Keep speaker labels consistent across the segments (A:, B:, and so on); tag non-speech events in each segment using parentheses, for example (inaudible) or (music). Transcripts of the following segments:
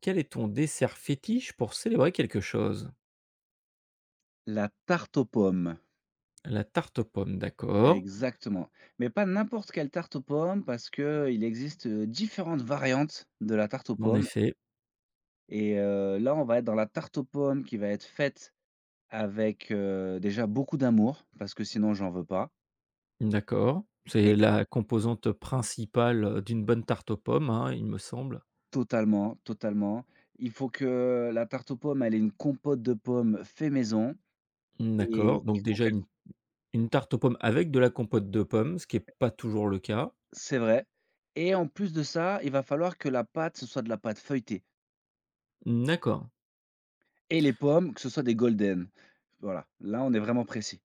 A: Quel est ton dessert fétiche pour célébrer quelque chose?
B: La tarte aux pommes,
A: La tarte aux pommes, d'accord.
B: exactement. Mais pas n'importe quelle tarte aux pommes parce que il existe, différentes variantes de la tarte aux
A: En
B: pommes
A: effet,
B: et là, on va être dans la tarte aux pommes qui va être faite avec, déjà beaucoup d'amour parce que sinon j'en veux pas
A: d'accord.
B: et
A: C'est la composante principale, d'une bonne tarte aux pommes, hein, il me semble.
B: totalement, totalement. Il faut que la tarte aux pommes, elle ait une compote de pommes fait maison.
A: Mmh,
B: Et
A: d'accord,
B: il
A: donc
B: faut
A: déjà
B: qu'elle
A: une tarte aux pommes avec de la compote de pommes, ce qui n'est pas toujours le cas.
B: C'est vrai. Et en plus de ça, il va falloir que la pâte, ce soit de la pâte feuilletée.
A: D'accord,
B: Et les pommes, que ce soit des golden. Voilà, là, on est vraiment précis.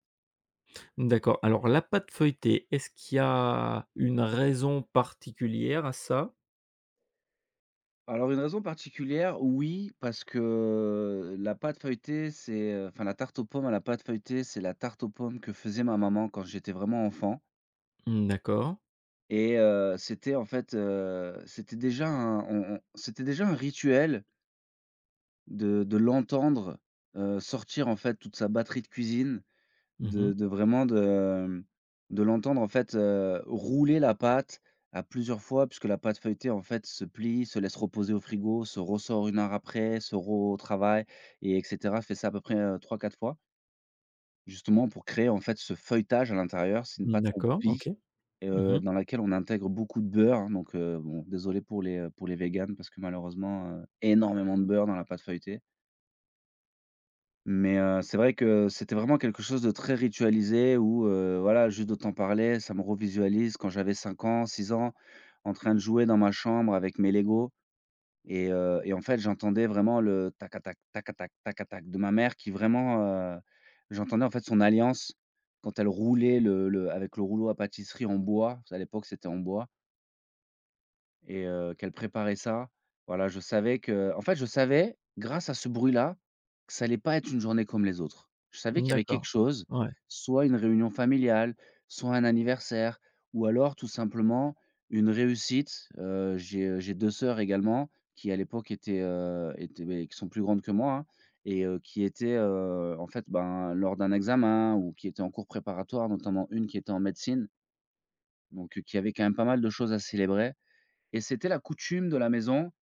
A: d'accord. Alors la pâte feuilletée, est-ce qu'il y a une raison particulière à ça?
B: Alors une raison particulière, oui, parce que la pâte feuilletée, c'est, enfin la tarte aux pommes à la pâte feuilletée, c'est la tarte aux pommes que faisait ma maman quand j'étais vraiment enfant
A: Mmh, d'accord.
B: et c'était en fait, c'était déjà un on c'était déjà un rituel de l'entendre, sortir en fait toute sa batterie de cuisine. De
A: Mmh.
B: de vraiment de, de l'entendre en fait, rouler la pâte à plusieurs fois puisque la pâte feuilletée en fait se plie, se laisse reposer au frigo, se ressort une heure après, se retravaille et etc. Fait ça à peu près, 3-4 fois, justement pour créer en fait ce feuilletage à l'intérieur. C'est une pâte qu'on
A: D'accord,
B: plie,
A: OK. Mmh.
B: dans laquelle on intègre beaucoup de beurre, hein, donc bon désolé pour les, véganes parce que malheureusement, énormément de beurre dans la pâte feuilletée. Mais c'est vrai que c'était vraiment quelque chose de très ritualisé où, voilà, juste de t'en parler, ça me revisualise quand j'avais 5 ans, 6 ans, en train de jouer dans ma chambre avec mes Lego et en fait, j'entendais vraiment le tac tac tac tac tac tac de ma mère qui vraiment, heu, j'entendais en fait son alliance quand elle roulait le avec le rouleau à pâtisserie en bois, à l'époque, c'était en bois et qu'elle préparait ça. Voilà, je savais que en fait, je savais, grâce à ce bruit-là, que ça allait pas être une journée comme les autres. Je savais qu'il y avait quelque
A: D'accord.
B: chose,
A: Ouais.
B: soit une réunion familiale, soit un anniversaire ou alors tout simplement une réussite. J'ai 2 sœurs également qui à l'époque étaient, qui sont plus grandes que moi, hein et qui étaient, en fait, ben, lors d'un examen ou qui étaient en cours préparatoire, notamment une qui était en médecine, donc qui avait quand même pas mal de choses à célébrer et c'était la coutume de la maison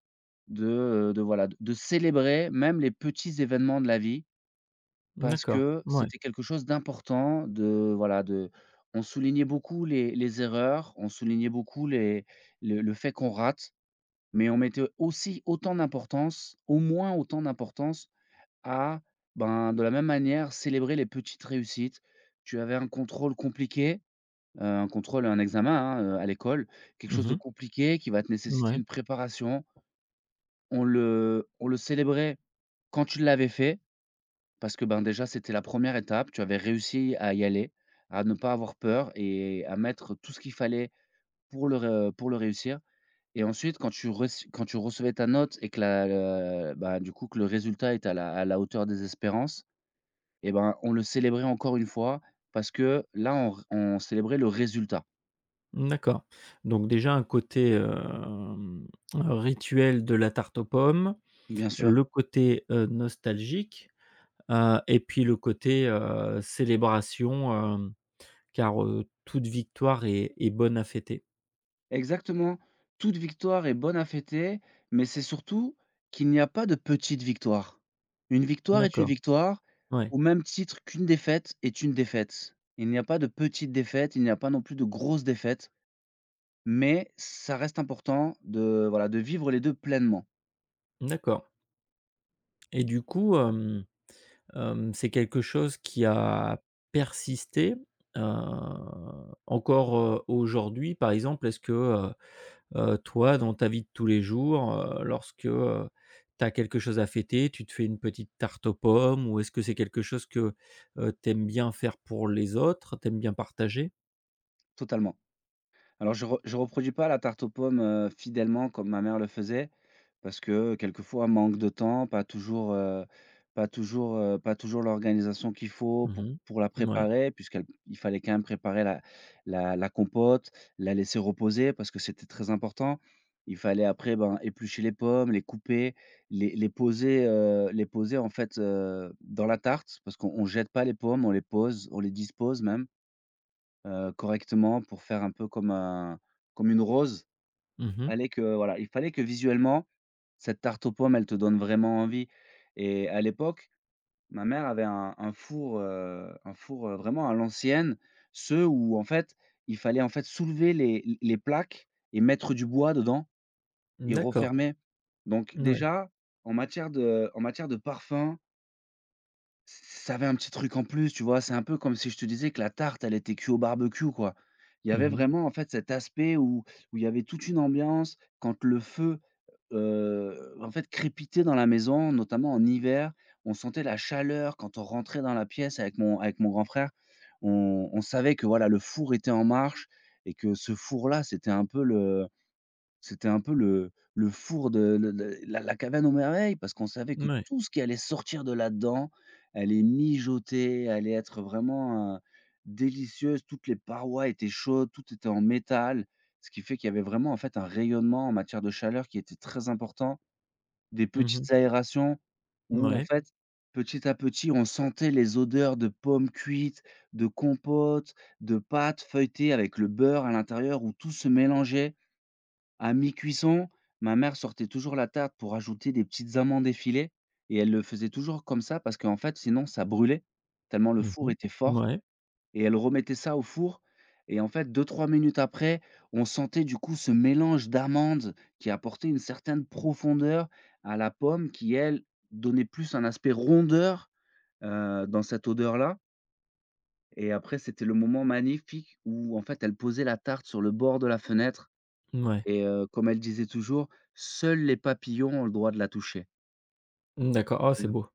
B: de, de voilà, de célébrer même les petits événements de la vie parce
A: D'accord.
B: que
A: Ouais.
B: c'était quelque chose d'important de voilà, de on soulignait beaucoup les erreurs, on soulignait beaucoup les le fait qu'on rate, mais on mettait aussi autant d'importance, au moins autant d'importance à, ben, de la même manière, célébrer les petites réussites. Tu avais un contrôle compliqué, un contrôle, un examen, hein, à l'école, quelque chose de
A: Mmh.
B: compliqué qui va te nécessiter
A: Ouais,
B: une préparation. On le célébrait quand tu l'avais fait parce que, ben, déjà, c'était la première étape. Tu avais réussi à y aller, à ne pas avoir peur et à mettre tout ce qu'il fallait pour le ré pour le réussir et ensuite quand tu rec quand tu recevais ta note et que la le bah, du coup, que le résultat était à la hauteur des espérances et ben, on le célébrait encore une fois parce que là, on célébrait le résultat.
A: d'accord. Donc déjà un côté, rituel de la tarte aux pommes,
B: Bien sûr.
A: le côté, nostalgique, et puis le côté, célébration, car, toute victoire est bonne à fêter.
B: Exactement. Toute victoire est bonne à fêter, mais c'est surtout qu'il n'y a pas de petite victoire. Une victoire est une
A: D'accord,
B: victoire,
A: ouais,
B: au même titre qu'une défaite est une défaite. Il n'y a pas de petite défaite, il n'y a pas non plus de grosse défaite, mais ça reste important de, voilà, de vivre les 2 pleinement,
A: d'accord et du coup, c'est quelque chose qui a persisté, heu, encore, aujourd'hui, par exemple? Est-ce que, toi, dans ta vie de tous les jours, lorsque, tu as quelque chose à fêter, tu te fais une petite tarte aux pommes ou est-ce que c'est quelque chose que, tu aimes bien faire pour les autres? Tu aimes bien partager?
B: totalement. Alors je re reproduis pas la tarte aux pommes, fidèlement comme ma mère le faisait. Parce que quelquefois manque de temps, pas toujours l'organisation qu'il faut
A: Mmh,
B: pour
A: mh.
B: la
A: Mouais.
B: préparer puisqu'il fallait quand même préparer la compote, la laisser reposer parce que c'était très important. Il fallait après, ben, éplucher les pommes, les couper, les poser en fait, dans la tarte parce qu'on on jette pas les pommes, on les pose, on les dispose même, correctement pour faire un peu comme une rose.
A: Mmh.
B: Fallait que voilà, il fallait que visuellement cette tarte aux pommes, elle te donne vraiment envie et à l'époque, ma mère avait un four, vraiment à l'ancienne, ceux où en fait, il fallait en fait soulever les plaques et mettre du bois dedans et
A: D'accord.
B: refermer. Donc
A: Ouais.
B: déjà, en matière de parfum, ç ça avait un petit truc en plus, tu vois? C'est un peu comme si je te disais que la tarte, elle était cuite au barbecue, quoi. Il y avait
A: Mmh.
B: vraiment en fait cet aspect où il y avait toute une ambiance quand le feu en fait, crépiter dans la maison, notamment en hiver. On sentait la chaleur quand on rentrait dans la pièce avec mon grand frère. On savait que, voilà, le four était en marche et que ce four-là, c'était un peu le four de le la la caverne aux merveilles parce qu'on savait que
A: Ouais.
B: tout ce qui allait sortir de là-dedans, allait mijoter, allait être vraiment, délicieuse. Toutes les parois étaient chaudes, tout était en métal, ce qui fait qu'il y avait vraiment, en fait, un rayonnement en matière de chaleur qui était très important. Des
A: Mouais. Ouais. Mh.
B: petites aérations où, en
A: Mouais.
B: fait, petit à petit, on sentait les odeurs de pommes cuites, de compotes, de pâtes feuilletées avec le beurre à l'intérieur où tout se mélangeait. À mi-cuisson, ma mère sortait toujours la tarte pour ajouter des petites amandes effilées et elle le faisait toujours comme ça parce qu'en fait, sinon ça brûlait tellement le four
A: Mmh.
B: était fort et elle remettait ça au four et en fait 2-3 minutes après, on sentait du coup ce mélange d'amandes qui apportait une certaine profondeur à la pomme qui, elle, donnait plus un aspect rondeur, dans cette odeur-là et après c'était le moment magnifique où en fait elle posait la tarte sur le bord de la fenêtre et comme elle disait toujours: «Seuls les papillons ont le droit de la toucher».
A: D'accord. Oh,
B: Tu
A: c'est beau.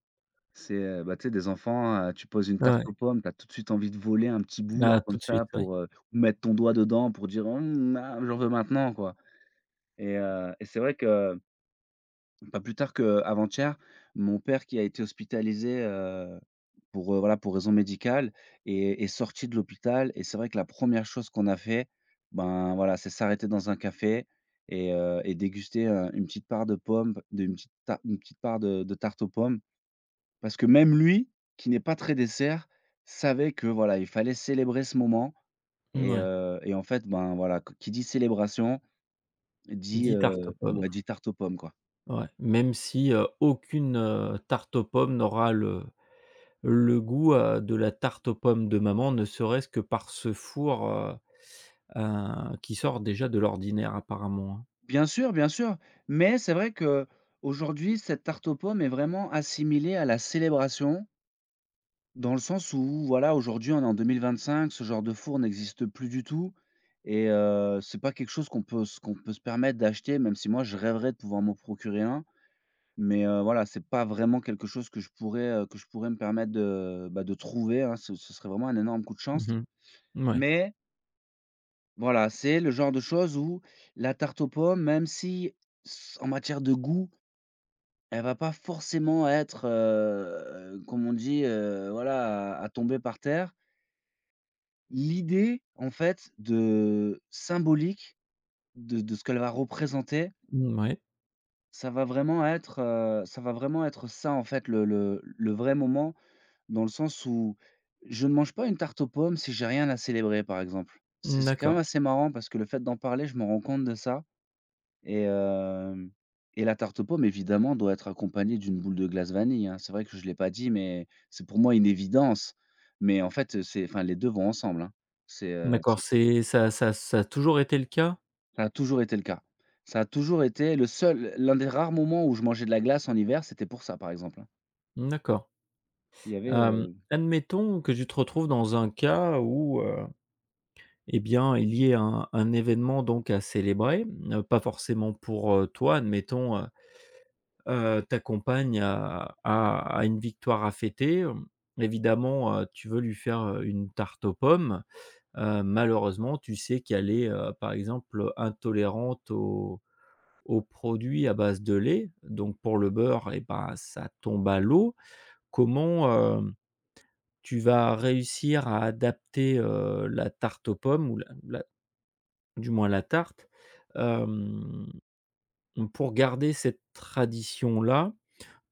B: C'est, bah, tu sais des enfants, tu poses une tarte
A: Ouais,
B: aux pommes, tu as tout de suite envie de voler un petit bout là
A: là, tout
B: comme
A: de
B: ça
A: suite, oui.
B: pour, mettre ton doigt dedans pour dire: «Mmh, ah, j'en veux maintenant» quoi. Et c'est vrai que pas plus tard qu'avant-hier, mon père qui a été hospitalisé, pour, voilà, pour raison médicale est sorti de l'hôpital et c'est vrai que la première chose qu'on a fait, ben, voilà, c'est s'arrêter dans un café et déguster, une petite part de pommes, de une petite ta une petite part de tarte aux pommes. Parce que même lui, qui n'est pas très dessert, savait que, voilà, il fallait célébrer ce moment
A: Mouais.
B: et en fait, ben, voilà, q qui dit célébration dit,
A: 10 tartes aux pommes.
B: ouais, dit tarte aux pommes, quoi.
A: Ouais. Même si, aucune, tarte aux pommes n'aura le le goût, de la tarte aux pommes de maman, ne serait-ce que par ce four, qui sort déjà de l'ordinaire apparemment, hein.
B: Bien sûr, mais c'est vrai que aujourd'hui, cette tarte aux pommes est vraiment assimilée à la célébration, dans le sens où, voilà, aujourd'hui, on est en 2025, ce genre de four n'existe plus du tout et c'est pas quelque chose qu'on peut se permettre d'acheter, même si moi, je rêverais de pouvoir m'en procurer un, mais voilà, c'est pas vraiment quelque chose que je pourrais me permettre de, bah, de trouver, hein, ce serait vraiment un énorme coup de
A: Mmh,
B: chance,
A: mh. Mouais.
B: mais voilà, c'est le genre de choses où la tarte aux pommes, même si s en matière de goût, elle va pas forcément être, comme on dit, voilà, à tomber par terre. L'idée, en fait, de symbolique de ce qu'elle va représenter, ça va vraiment être ça, en fait, le vrai moment, dans le sens où je ne mange pas une tarte aux pommes si j'ai rien à célébrer, par exemple. C'est quand même
A: D'accord.
B: assez marrant parce que le fait d'en parler, je me rends compte de ça. Et hem et la tarte aux pommes évidemment doit être accompagnée d'une boule de glace vanille, hein. C'est vrai que je ne l'ai pas dit, mais c'est pour moi une évidence. Mais en fait, c'est enfin les 2 vont ensemble, hein.
A: D'accord,
B: C'est
A: c'est ça ça a toujours été le cas?
B: ça a toujours été le cas. Ça a toujours été le seul l'un des rares moments où je mangeais de la glace en hiver, c'était pour ça, par exemple, hein.
A: D'accord.
B: Il y avait, heu
A: Admettons que tu te retrouves dans un cas où, eh bien, il y ait un événement donc à célébrer, pas forcément pour, toi, admettons, t'accompagne à une victoire à fêter. Évidemment, tu veux lui faire, une tarte aux pommes. Malheureusement, tu sais qu'elle est, par exemple, intolérante aux produits à base de lait, donc pour le beurre et ben, ça tombe à l'eau. Comment, tu vas réussir à adapter, la tarte aux pommes ou la du moins la tarte, hem, pour garder cette tradition-là,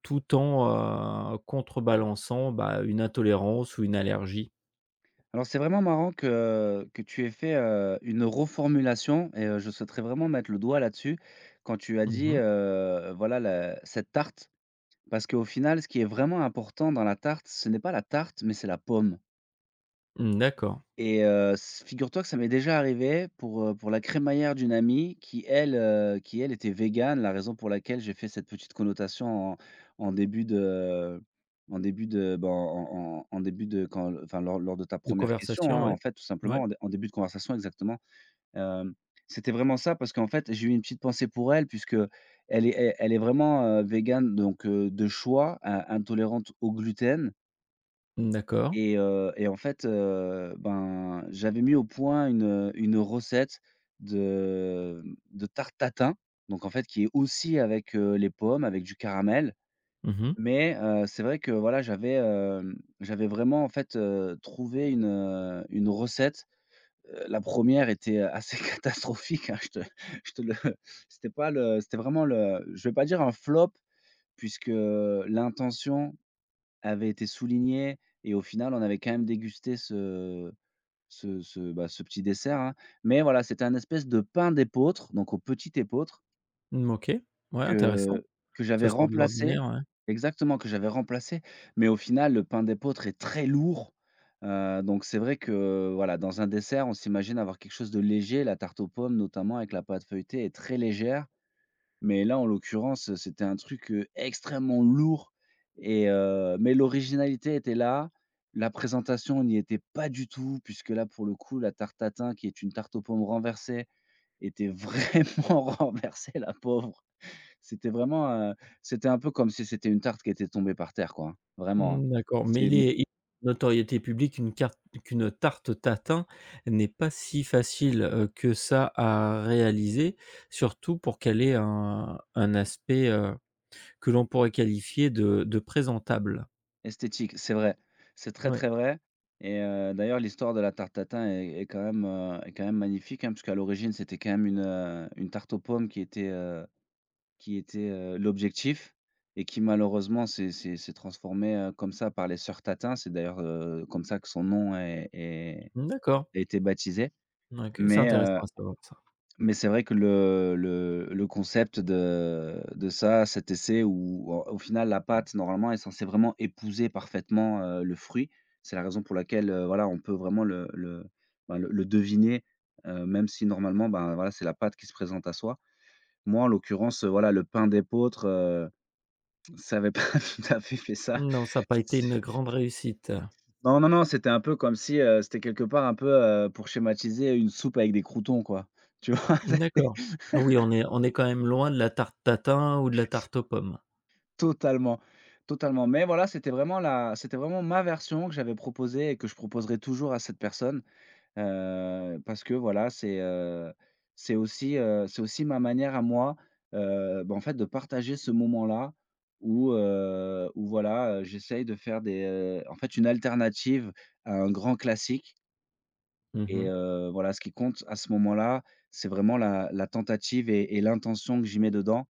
A: tout en, contrebalançant, bah, une intolérance ou une allergie.
B: alors c'est vraiment marrant que tu aies fait, une reformulation et je souhaiterais vraiment mettre le doigt là-dessus quand tu as
A: Mmh,
B: dit,
A: mh.
B: voilà la cette tarte. Parce qu'au final, ce qui est vraiment important dans la tarte, ce n'est pas la tarte, mais c'est la pomme.
A: Mmh, d'accord.
B: Et s figure-toi que ça m'est déjà arrivé pour la crémaillère d'une amie qui elle était végane, la raison pour laquelle j'ai fait cette petite connotation en en début de en début de, ben, en début de quand enfin, lors de ta
A: De
B: première question,
A: conversation,
B: hein, en
A: ouais.
B: fait, tout simplement
A: Ouais.
B: en début de conversation exactement. Hem, C'était vraiment ça parce qu'en fait, j'ai eu une petite pensée pour elle puisque elle est elle est vraiment, végane donc de choix, in intolérante au gluten
A: Mm, d'accord.
B: et en fait, ben, j'avais mis au point une recette de, de tarte tatin, donc en fait qui est aussi avec, les pommes, avec du caramel.
A: Mmh, mh.
B: Mais c'est vrai que voilà, j'avais, j'avais vraiment en fait, trouvé une recette. La première était assez (laughs) catastrophique, hein, je te le c'était pas le c'était vraiment le, je vais pas dire un flop, puisque l'intention avait été soulignée et au final, on avait quand même dégusté ce, bah, ce petit dessert, hein. Mais voilà, c'était un espèce de pain d'épeautre, donc au petit épeautre
A: Mmh, OK. Ouais, intéressant.
B: que
A: Ça
B: j'avais
A: sort de
B: remplacé.
A: l'ordinaire, ouais.
B: Exactement, que j'avais remplacé, mais au final, le pain d'épeautre est très lourd, donc c'est vrai que, voilà, dans un dessert, on s'imagine avoir quelque chose de léger. La tarte aux pommes, notamment avec la pâte feuilletée, est très légère, mais là, en l'occurrence, c'était un truc, extrêmement lourd et mais l'originalité était là. La présentation n'y était pas du tout, puisque là, pour le coup, la tarte tatin, qui est une tarte aux pommes renversée, était vraiment (laughs) renversée, la pauvre. C'était vraiment, c'était un peu comme si c'était une tarte qui était tombée par terre, quoi, hein. Vraiment, hein.
A: Mmh, d'accord, mais
B: C'est
A: il
B: m
A: est il notoriété publique, une carte qu'une tarte tatin n'est pas si facile, que ça à réaliser, surtout pour qu'elle ait un aspect, que l'on pourrait qualifier de présentable.
B: Esthétique, c'est vrai. C'est très,
A: Ouais.
B: très vrai et d'ailleurs l'histoire de la tarte tatin est quand même, est quand même magnifique, hein, puisqu'à l'origine c'était quand même une tarte aux pommes qui était, l'objectif et qui malheureusement s'est transformée, comme ça par les sœurs Tatin. C'est d'ailleurs, comme ça que son nom est est
A: Mmh, d'accord.
B: a été baptisé.
A: OK, c'est
B: Mais
A: intéressant à savoir ça.
B: mais c'est vrai que le concept de ça, cet essai où au final la pâte normalement est censée vraiment épouser parfaitement, le fruit. C'est la raison pour laquelle, voilà, on peut vraiment le, ben, le deviner, même si normalement, ben, voilà, c'est la pâte qui se présente à soi. Moi, en l'occurrence, voilà, le pain d'épeautre, (laughs) ça avait pas (laughs) tout à fait fait ça.
A: Non, ça a pas été
B: C'est
A: une grande réussite.
B: Non, non, non, c'était un peu comme si, c'était quelque part un peu, pour schématiser, une soupe avec des croutons, quoi, tu vois?
A: D'accord. Oui, on est quand même loin de la tarte tatin ou de la tarte aux pommes.
B: Totalement, totalement. Mais voilà, c'était vraiment la c'était vraiment ma version que j'avais proposée et que je proposerai toujours à cette personne, parce que voilà, c'est aussi ma manière à moi, bah, en fait, de partager ce moment-là où, où voilà, j'essaye de faire des, en fait, une alternative à un grand classique
A: Mmh,
B: et
A: mh.
B: voilà, ce qui compte à ce moment-là, c'est vraiment la tentative et l'intention que j'y mets dedans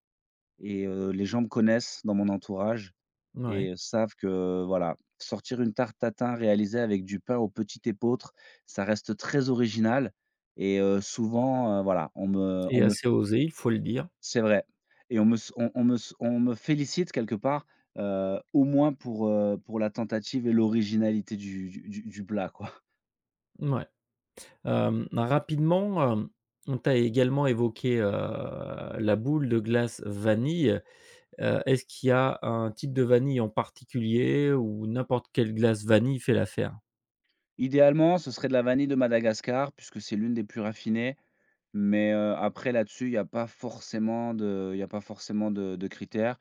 B: et les gens me connaissent dans mon entourage
A: Ouais
B: et savent que voilà, sortir une tarte tatin réalisée avec du pain au petit épeautre, ça reste très original et souvent, voilà, on me
A: et
B: on me
A: assez osé, il faut le dire.
B: c'est vrai et on me félicite quelque part, au moins pour la tentative et l'originalité du plat, quoi.
A: Mouais. Rapidement, on t'a également évoqué, la boule de glace vanille. Est-ce qu'il y a un type de vanille en particulier ou n'importe quelle glace vanille fait l'affaire?
B: Idéalement, ce serait de la vanille de Madagascar puisque c'est l'une des plus raffinées, mais après là-dessus, il y a pas forcément de critères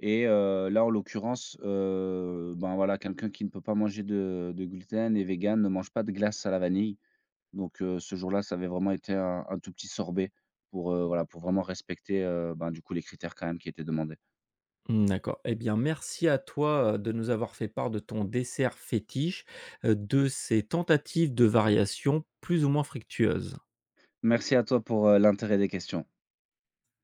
B: et là, en l'occurrence, ben, voilà, quelqu'un qui ne peut pas manger de gluten et vegan ne mange pas de glace à la vanille, donc ce jour-là, ça avait vraiment été un tout petit sorbet pour, voilà, pour vraiment respecter, ben, du coup, les critères quand même qui étaient demandés.
A: Mmh, d'accord. Eh bien, merci à toi, de nous avoir fait part de ton dessert fétiche, de ces tentatives de variations plus ou moins fructueuses.
B: Merci à toi pour, l'intérêt des questions.